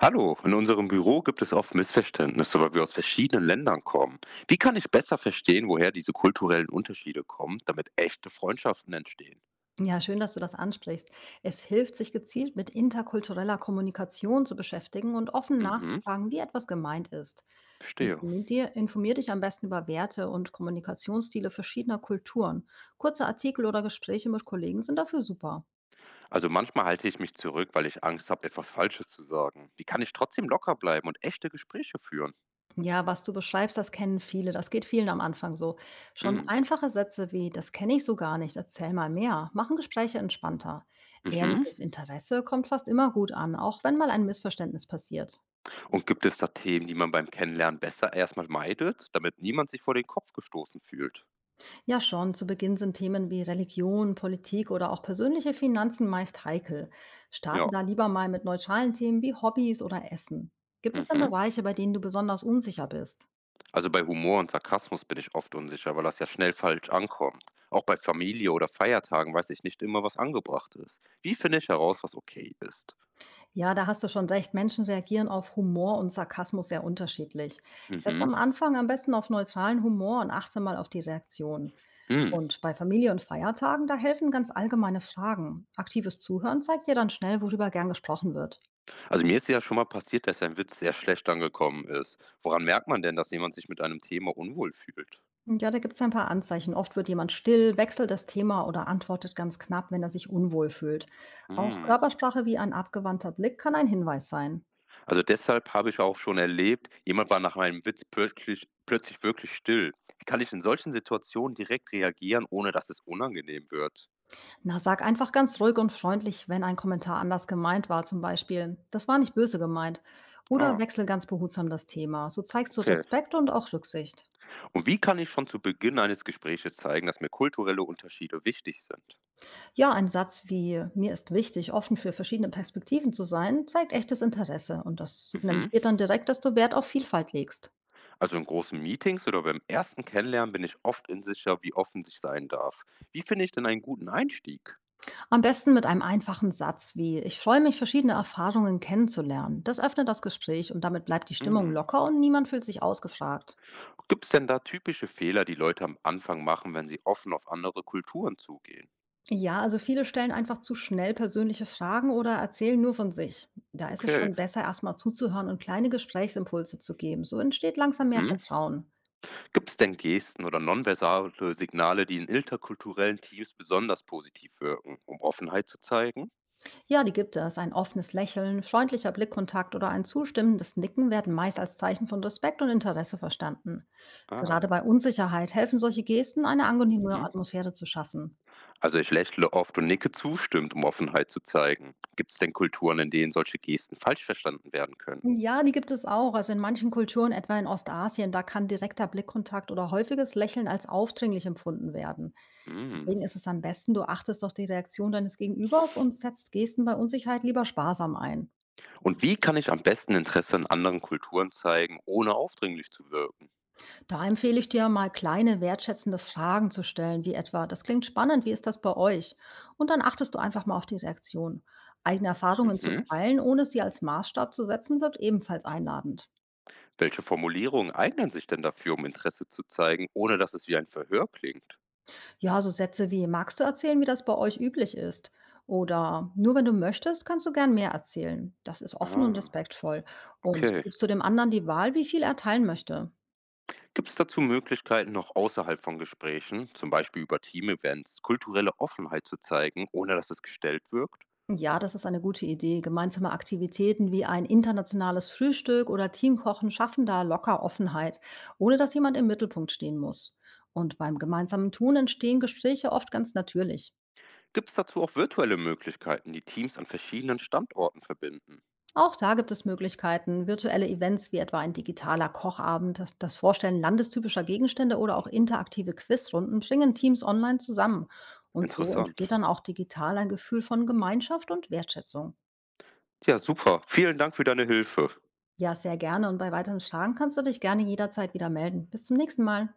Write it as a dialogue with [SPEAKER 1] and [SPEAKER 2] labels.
[SPEAKER 1] Hallo, in unserem Büro gibt es oft Missverständnisse, weil wir aus verschiedenen Ländern kommen. Wie kann ich besser verstehen, woher diese kulturellen Unterschiede kommen, damit echte Freundschaften entstehen?
[SPEAKER 2] Ja, schön, dass du das ansprichst. Es hilft, sich gezielt mit interkultureller Kommunikation zu beschäftigen und offen
[SPEAKER 1] Mhm,
[SPEAKER 2] nachzufragen, wie etwas gemeint ist.
[SPEAKER 1] verstehe.
[SPEAKER 2] Informier dich am besten über Werte und Kommunikationsstile verschiedener Kulturen. Kurze Artikel oder Gespräche mit Kollegen sind dafür super.
[SPEAKER 1] Also manchmal halte ich mich zurück, weil ich Angst habe, etwas Falsches zu sagen. Wie kann ich trotzdem locker bleiben und echte Gespräche führen?
[SPEAKER 2] Ja, was du beschreibst, das kennen viele. Das geht vielen am Anfang so. Schon
[SPEAKER 1] Mhm.
[SPEAKER 2] einfache Sätze wie, das kenne ich so gar nicht, erzähl mal mehr, machen Gespräche entspannter.
[SPEAKER 1] Mhm.
[SPEAKER 2] Ehrliches Interesse kommt fast immer gut an, auch wenn mal ein Missverständnis passiert.
[SPEAKER 1] Und gibt es da Themen, die man beim Kennenlernen besser erstmal meidet, damit niemand sich vor den Kopf gestoßen fühlt?
[SPEAKER 2] Ja, schon. Zu Beginn sind Themen wie Religion, Politik oder auch persönliche Finanzen meist heikel. Starte
[SPEAKER 1] Ja.
[SPEAKER 2] da lieber mal mit neutralen Themen wie Hobbys oder Essen. Gibt es denn
[SPEAKER 1] Mhm.
[SPEAKER 2] Bereiche, bei denen du besonders unsicher bist?
[SPEAKER 1] Also bei Humor und Sarkasmus bin ich oft unsicher, weil das ja schnell falsch ankommt. Auch bei Familie oder Feiertagen weiß ich nicht immer, was angebracht ist. Wie finde ich heraus, was okay ist?
[SPEAKER 2] Ja, da hast du schon recht. Menschen reagieren auf Humor und Sarkasmus sehr unterschiedlich. Setz
[SPEAKER 1] Mhm.
[SPEAKER 2] am Anfang am besten auf neutralen Humor und achte mal auf die Reaktion.
[SPEAKER 1] Hm.
[SPEAKER 2] Und bei Familie und Feiertagen, da helfen ganz allgemeine Fragen. Aktives Zuhören zeigt dir dann schnell, worüber gern gesprochen wird.
[SPEAKER 1] Also mir ist ja schon mal passiert, dass ein Witz sehr schlecht angekommen ist. Woran merkt man denn, dass jemand sich mit einem Thema unwohl fühlt?
[SPEAKER 2] Ja, da gibt's ein paar Anzeichen. Oft wird jemand still, wechselt das Thema oder antwortet ganz knapp, wenn er sich unwohl fühlt. Auch
[SPEAKER 1] Hm.
[SPEAKER 2] Körpersprache wie ein abgewandter Blick kann ein Hinweis sein.
[SPEAKER 1] Also deshalb habe ich auch schon erlebt, jemand war nach meinem Witz plötzlich wirklich still. Wie kann ich in solchen Situationen direkt reagieren, ohne dass es unangenehm wird?
[SPEAKER 2] Na, sag einfach ganz ruhig und freundlich, wenn ein Kommentar anders gemeint war, zum Beispiel. Das war nicht böse gemeint. Oder
[SPEAKER 1] Ah,
[SPEAKER 2] wechsel ganz behutsam das Thema. So zeigst du
[SPEAKER 1] okay.
[SPEAKER 2] Respekt und auch Rücksicht.
[SPEAKER 1] Und wie kann ich schon zu Beginn eines Gespräches zeigen, dass mir kulturelle Unterschiede wichtig sind?
[SPEAKER 2] Ja, ein Satz wie mir ist wichtig, offen für verschiedene Perspektiven zu sein, zeigt echtes Interesse und das
[SPEAKER 1] Mhm.
[SPEAKER 2] signalisiert dann direkt, dass du Wert auf Vielfalt legst.
[SPEAKER 1] Also in großen Meetings oder beim ersten Kennenlernen bin ich oft unsicher, wie offen ich sein darf. Wie finde ich denn einen guten Einstieg?
[SPEAKER 2] Am besten mit einem einfachen Satz wie Ich freue mich, verschiedene Erfahrungen kennenzulernen. Das öffnet das Gespräch und damit bleibt die Stimmung
[SPEAKER 1] Mhm.
[SPEAKER 2] locker und niemand fühlt sich ausgefragt.
[SPEAKER 1] Gibt es denn da typische Fehler, die Leute am Anfang machen, wenn sie offen auf andere Kulturen zugehen?
[SPEAKER 2] Ja, also viele stellen einfach zu schnell persönliche Fragen oder erzählen nur von sich. Da ist es
[SPEAKER 1] Okay.
[SPEAKER 2] schon besser, erstmal zuzuhören und kleine Gesprächsimpulse zu geben. So entsteht langsam mehr
[SPEAKER 1] Mhm.
[SPEAKER 2] Vertrauen.
[SPEAKER 1] Gibt es denn Gesten oder nonverbale Signale, die in interkulturellen Teams besonders positiv wirken, um Offenheit zu zeigen?
[SPEAKER 2] Ja, die gibt es. Ein offenes Lächeln, freundlicher Blickkontakt oder ein zustimmendes Nicken werden meist als Zeichen von Respekt und Interesse verstanden. Gerade
[SPEAKER 1] Ah.
[SPEAKER 2] bei Unsicherheit helfen solche Gesten, eine angenehme
[SPEAKER 1] Mhm.
[SPEAKER 2] Atmosphäre zu schaffen.
[SPEAKER 1] Also ich lächle oft und nicke zustimmt, um Offenheit zu zeigen. Gibt es denn Kulturen, in denen solche Gesten falsch verstanden werden können?
[SPEAKER 2] Ja, die gibt es auch. Also in manchen Kulturen, etwa in Ostasien, da kann direkter Blickkontakt oder häufiges Lächeln als aufdringlich empfunden werden.
[SPEAKER 1] Mm.
[SPEAKER 2] Deswegen ist es am besten, du achtest auf die Reaktion deines Gegenübers und setzt Gesten bei Unsicherheit lieber sparsam ein.
[SPEAKER 1] Und wie kann ich am besten Interesse an anderen Kulturen zeigen, ohne aufdringlich zu wirken?
[SPEAKER 2] Da empfehle ich dir mal kleine wertschätzende Fragen zu stellen, wie etwa, das klingt spannend, wie ist das bei euch? Und dann achtest du einfach mal auf die Reaktion. Eigene Erfahrungen zu
[SPEAKER 1] Mhm.
[SPEAKER 2] teilen, ohne sie als Maßstab zu setzen, wirkt ebenfalls einladend.
[SPEAKER 1] Welche Formulierungen eignen sich denn dafür, um Interesse zu zeigen, ohne dass es wie ein Verhör klingt?
[SPEAKER 2] Ja, so Sätze wie: „Magst du erzählen, wie das bei euch üblich ist?“ Oder: „Nur wenn du möchtest, kannst du gern mehr erzählen.“ Das ist offen und
[SPEAKER 1] Ah,
[SPEAKER 2] respektvoll. Und so
[SPEAKER 1] okay.
[SPEAKER 2] gibst du dem anderen die Wahl, wie viel er teilen möchte.
[SPEAKER 1] Gibt es dazu Möglichkeiten, noch außerhalb von Gesprächen, zum Beispiel über Team-Events, kulturelle Offenheit zu zeigen, ohne dass es gestellt wirkt?
[SPEAKER 2] Ja, das ist eine gute Idee. Gemeinsame Aktivitäten wie ein internationales Frühstück oder Teamkochen schaffen da locker Offenheit, ohne dass jemand im Mittelpunkt stehen muss. Und beim gemeinsamen Tun entstehen Gespräche oft ganz natürlich.
[SPEAKER 1] Gibt es dazu auch virtuelle Möglichkeiten, die Teams an verschiedenen Standorten verbinden?
[SPEAKER 2] Auch da gibt es Möglichkeiten. Virtuelle Events wie etwa ein digitaler Kochabend, das Vorstellen landestypischer Gegenstände oder auch interaktive Quizrunden bringen Teams online zusammen. Und so
[SPEAKER 1] Interessant.
[SPEAKER 2] entsteht dann auch digital ein Gefühl von Gemeinschaft und Wertschätzung.
[SPEAKER 1] Ja, super. Vielen Dank für deine Hilfe.
[SPEAKER 2] Ja, sehr gerne. Und bei weiteren Fragen kannst du dich gerne jederzeit wieder melden. Bis zum nächsten Mal.